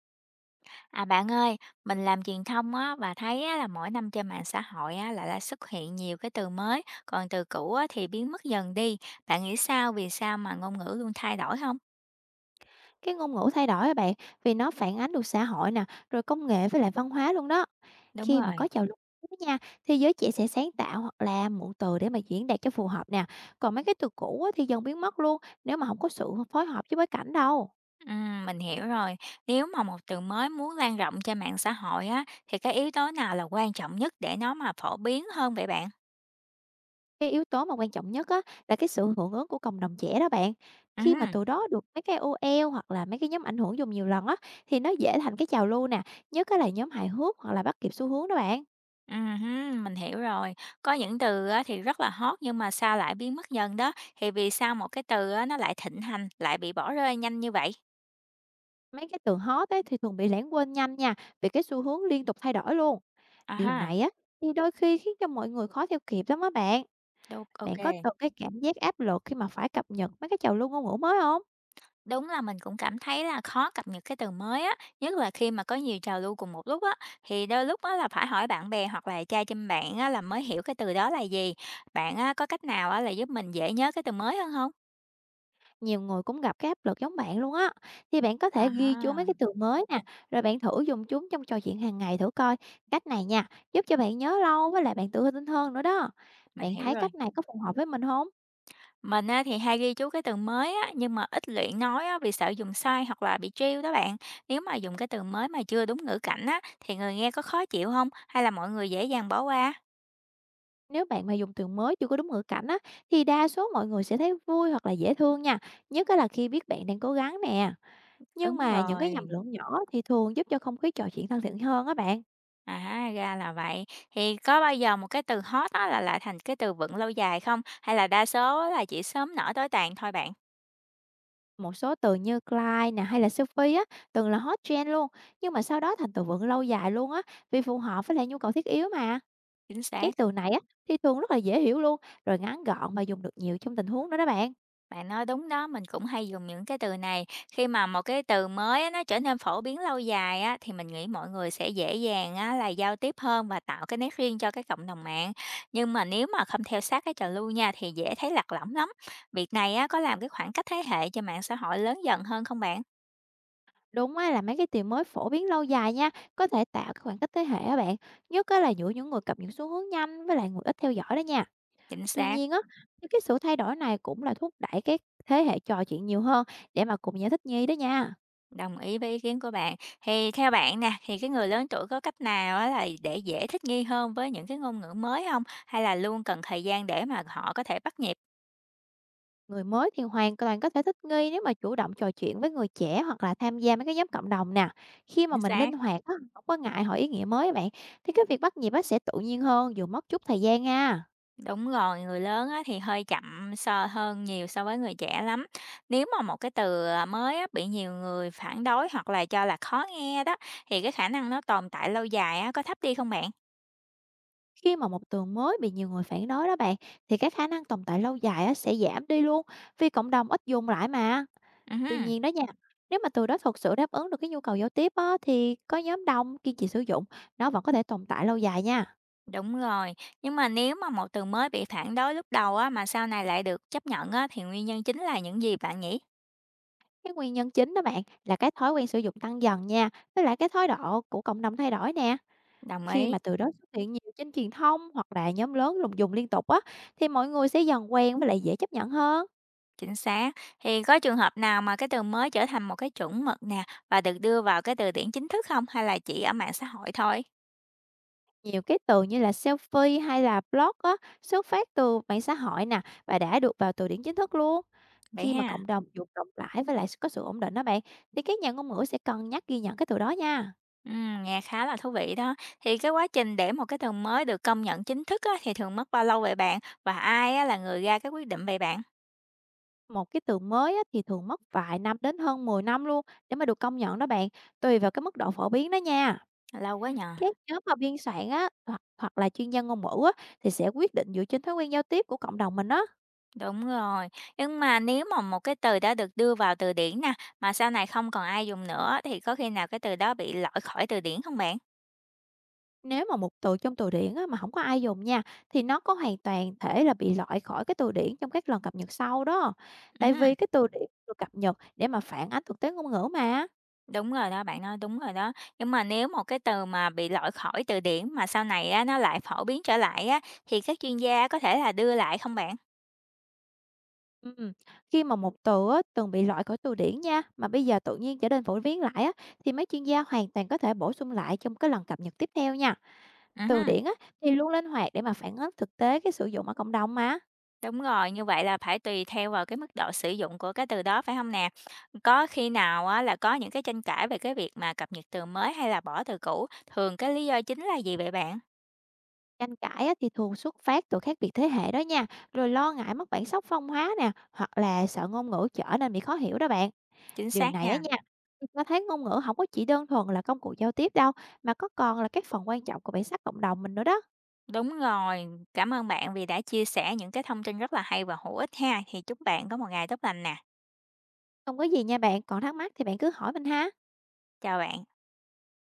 À bạn ơi, mình làm truyền thông á và thấy á, là mỗi năm trên mạng xã hội á lại là xuất hiện nhiều cái từ mới, còn từ cũ á, thì biến mất dần đi. Bạn nghĩ sao vì sao mà ngôn ngữ luôn thay đổi không? Cái ngôn ngữ thay đổi á bạn, vì nó phản ánh được xã hội nè, rồi công nghệ với lại văn hóa luôn đó. Đúng Khi mà rồi. có trào lưu mới nha, thì giới trẻ sẽ sáng tạo hoặc là mượn từ để mà diễn đạt cho phù hợp nè. Còn mấy cái từ cũ á, thì dần biến mất luôn nếu mà không có sự phối hợp với bối cảnh đâu. Mình hiểu rồi. Nếu mà một từ mới muốn lan rộng trên mạng xã hội á thì cái yếu tố nào là quan trọng nhất để nó mà phổ biến hơn vậy bạn? Cái yếu tố mà quan trọng nhất á, là cái sự hưởng ứng của cộng đồng trẻ đó bạn. Khi mà Ừm, từ đó được mấy cái OL hoặc là mấy cái nhóm ảnh hưởng dùng nhiều lần á, thì nó dễ thành cái trào lưu nè, nhất á là nhóm hài hước hoặc là bắt kịp xu hướng đó bạn. ừm, mình hiểu rồi. Có những từ á, thì rất là hot nhưng mà sao lại biến mất dần đó? Thì vì sao một cái từ á, nó lại thịnh hành, lại bị bỏ rơi nhanh như vậy? Mấy cái từ hot ấy thì thường bị lãng quên nhanh nha, vì cái xu hướng liên tục thay đổi luôn. À Điều ha, này á thì đôi khi khiến cho mọi người khó theo kịp lắm á bạn. đúng, ô. Bạn có từng cái cảm giác áp lực khi mà phải cập nhật mấy cái trào lưu ngôn ngữ mới không? Đúng là mình cũng cảm thấy là khó cập nhật cái từ mới á, nhất là khi mà có nhiều trào lưu cùng một lúc á, thì đôi lúc á là phải hỏi bạn bè hoặc là trai chăm bạn á là mới hiểu cái từ đó là gì. Bạn á có cách nào á là giúp mình dễ nhớ cái từ mới hơn không? Nhiều người cũng gặp cái áp lực giống bạn luôn á. Thì bạn có À thể ghi chú ha, mấy cái từ mới nè, rồi bạn thử dùng chúng trong trò chuyện hàng ngày thử coi. Cách này nha, giúp cho bạn nhớ lâu với lại bạn tự tin hơn nữa đó. mình Bạn hiểu thấy rồi. cách này có phù hợp với mình không? Mình á thì hay ghi chú cái từ mới á, nhưng mà ít luyện nói á vì sợ dùng sai hoặc là bị trêu đó bạn. Nếu mà dùng cái từ mới mà chưa đúng ngữ cảnh á, thì người nghe có khó chịu không? Hay là mọi người dễ dàng bỏ qua? Nếu bạn mà dùng từ mới chưa có đúng ngữ cảnh á, thì đa số mọi người sẽ thấy vui hoặc là dễ thương nha, nhất á là khi biết bạn đang cố gắng nè. Nhưng Đúng mà những cái nhầm rồi. lẫn nhỏ thì thường giúp cho không khí trò chuyện thân thiện hơn á bạn. À, ra là vậy. Thì có bao giờ một cái từ hot đó là lại thành cái từ vựng lâu dài không? Hay là đa số á là chỉ sớm nở tối tàn thôi bạn? Một số từ như Clyde nè hay là Sophie á, từng là hot trend luôn, nhưng mà sau đó thành từ vựng lâu dài luôn á, vì phù hợp với lại nhu cầu thiết yếu mà. Chính xác, Các từ này á, thì thường rất là dễ hiểu luôn, rồi ngắn gọn mà dùng được nhiều trong tình huống đó đó bạn. bạn nói đúng đó, mình cũng hay dùng những cái từ này. Khi mà một cái từ mới á, nó trở nên phổ biến lâu dài á, thì mình nghĩ mọi người sẽ dễ dàng á, là giao tiếp hơn và tạo cái nét riêng cho cái cộng đồng mạng. Nhưng mà nếu mà không theo sát cái trào lưu nha thì dễ thấy lạc lõng lắm. Việc này á, có làm cái khoảng cách thế hệ cho mạng xã hội lớn dần hơn không bạn? Đúng á, là mấy cái từ mới phổ biến lâu dài nha, có thể tạo cái khoảng cách thế hệ á bạn, nhất á là giữa những người cập nhật xu hướng nhanh với lại người ít theo dõi đó nha. Chính Tuy xác. nhiên á, thì cái sự thay đổi này cũng là thúc đẩy các thế hệ trò chuyện nhiều hơn để mà cùng nhau thích nghi đó nha. Đồng ý với ý kiến của bạn. Thì theo bạn nè, thì cái người lớn tuổi có cách nào á là để dễ thích nghi hơn với những cái ngôn ngữ mới không? Hay là luôn cần thời gian để mà họ có thể bắt nhịp? Người mới thì hoàn toàn có thể thích nghi nếu mà chủ động trò chuyện với người trẻ hoặc là tham gia mấy cái nhóm cộng đồng nè. Khi mà Chính mình linh xác. hoạt á, không có ngại hỏi ý nghĩa mới á bạn, thì cái việc bắt nhịp á sẽ tự nhiên hơn dù mất chút thời gian ha. Đúng rồi, người lớn á thì hơi chậm so hơn nhiều so với người trẻ lắm. Nếu mà một cái từ, à, mới á bị nhiều người phản đối hoặc là cho là khó nghe đó, thì cái khả năng nó tồn tại lâu dài á có thấp đi không bạn? Khi mà một tường mới bị nhiều người phản đối đó bạn, thì cái khả năng tồn tại lâu dài á, sẽ giảm đi luôn vì cộng đồng ít dùng lại mà. Tuy Ừm. nhiên đó nha, nếu mà từ đó thực sự đáp ứng được cái nhu cầu giao tiếp á, thì có nhóm đông kiên trì sử dụng, nó vẫn có thể tồn tại lâu dài nha. Đúng rồi, nhưng mà nếu mà một từ mới bị phản đối lúc đầu á, mà sau này lại được chấp nhận á, thì nguyên nhân chính là những gì bạn nhỉ? Cái nguyên nhân chính đó bạn là cái thói quen sử dụng tăng dần nha, với lại cái thái độ của cộng đồng thay đổi nè. Đồng Khi ý, mà từ đó xuất hiện nhiều trên truyền thông hoặc là nhóm lớn dùng dùng liên tục á, thì mọi người sẽ dần quen với lại dễ chấp nhận hơn. chính xác. Thì có trường hợp nào mà cái từ mới trở thành một cái chuẩn mực nè và được đưa vào cái từ điển chính thức không hay là chỉ ở mạng xã hội thôi? Nhiều cái từ như là selfie hay là blog á, xuất phát từ mạng xã hội nè và đã được vào từ điển chính thức luôn. Vậy Khi mà ha. cộng đồng dùng rộng rãi với lại có sự ổn định đó bạn, thì các nhà ngôn ngữ sẽ cân nhắc ghi nhận cái từ đó nha. Nghe khá là thú vị đó. Thì cái quá trình để một cái từ mới được công nhận chính thức á, thì thường mất bao lâu vậy bạn? Và ai á, là người ra cái quyết định vậy bạn? Một cái từ mới á, thì thường mất vài năm đến hơn 10 năm luôn để mà được công nhận đó bạn, tùy vào cái mức độ phổ biến đó nha. Lâu quá nhờ. Các nhóm mà biên soạn á, hoặc là chuyên gia ngôn ngữ á, thì sẽ quyết định dựa trên thói quen giao tiếp của cộng đồng mình đó. Đúng rồi, nhưng mà nếu mà một cái từ đã được đưa vào từ điển nè, mà sau này không còn ai dùng nữa thì có khi nào cái từ đó bị loại khỏi từ điển không bạn? Nếu mà một từ trong từ điển á, mà không có ai dùng nha, thì nó có hoàn toàn thể là bị loại khỏi cái từ điển trong các lần cập nhật sau đó. Tại Ừm, vì cái từ điển được cập nhật để mà phản ánh thực tế ngôn ngữ mà. đúng rồi đó, bạn nói đúng rồi đó. Nhưng mà nếu một cái từ mà bị loại khỏi từ điển mà sau này á, nó lại phổ biến trở lại á, thì các chuyên gia có thể là đưa lại không bạn? Ừm, khi mà một từ á, từng bị loại khỏi từ điển nha, mà bây giờ tự nhiên trở nên phổ biến lại á, thì mấy chuyên gia hoàn toàn có thể bổ sung lại trong cái lần cập nhật tiếp theo nha. Từ Ừm, điển á, thì luôn linh hoạt để mà phản ánh thực tế cái sử dụng ở cộng đồng mà. đúng rồi, như vậy là phải tùy theo vào cái mức độ sử dụng của cái từ đó, phải không nè? Có khi nào á, là có những cái tranh cãi về cái việc mà cập nhật từ mới hay là bỏ từ cũ, thường cái lý do chính là gì vậy bạn? Tranh cãi á, thì thường xuất phát từ khác biệt thế hệ đó nha, rồi lo ngại mất bản sắc phong hóa nè, hoặc là sợ ngôn ngữ trở nên bị khó hiểu đó bạn. Chính Điều xác này á nha. nha, thì cho thấy ngôn ngữ không có chỉ đơn thuần là công cụ giao tiếp đâu, mà có còn là các phần quan trọng của bản sắc cộng đồng mình nữa đó. Đúng rồi, cảm ơn bạn vì đã chia sẻ những cái thông tin rất là hay và hữu ích ha. Thì chúc bạn có một ngày tốt lành nè. Không có gì nha bạn, còn thắc mắc thì bạn cứ hỏi mình ha. Chào bạn.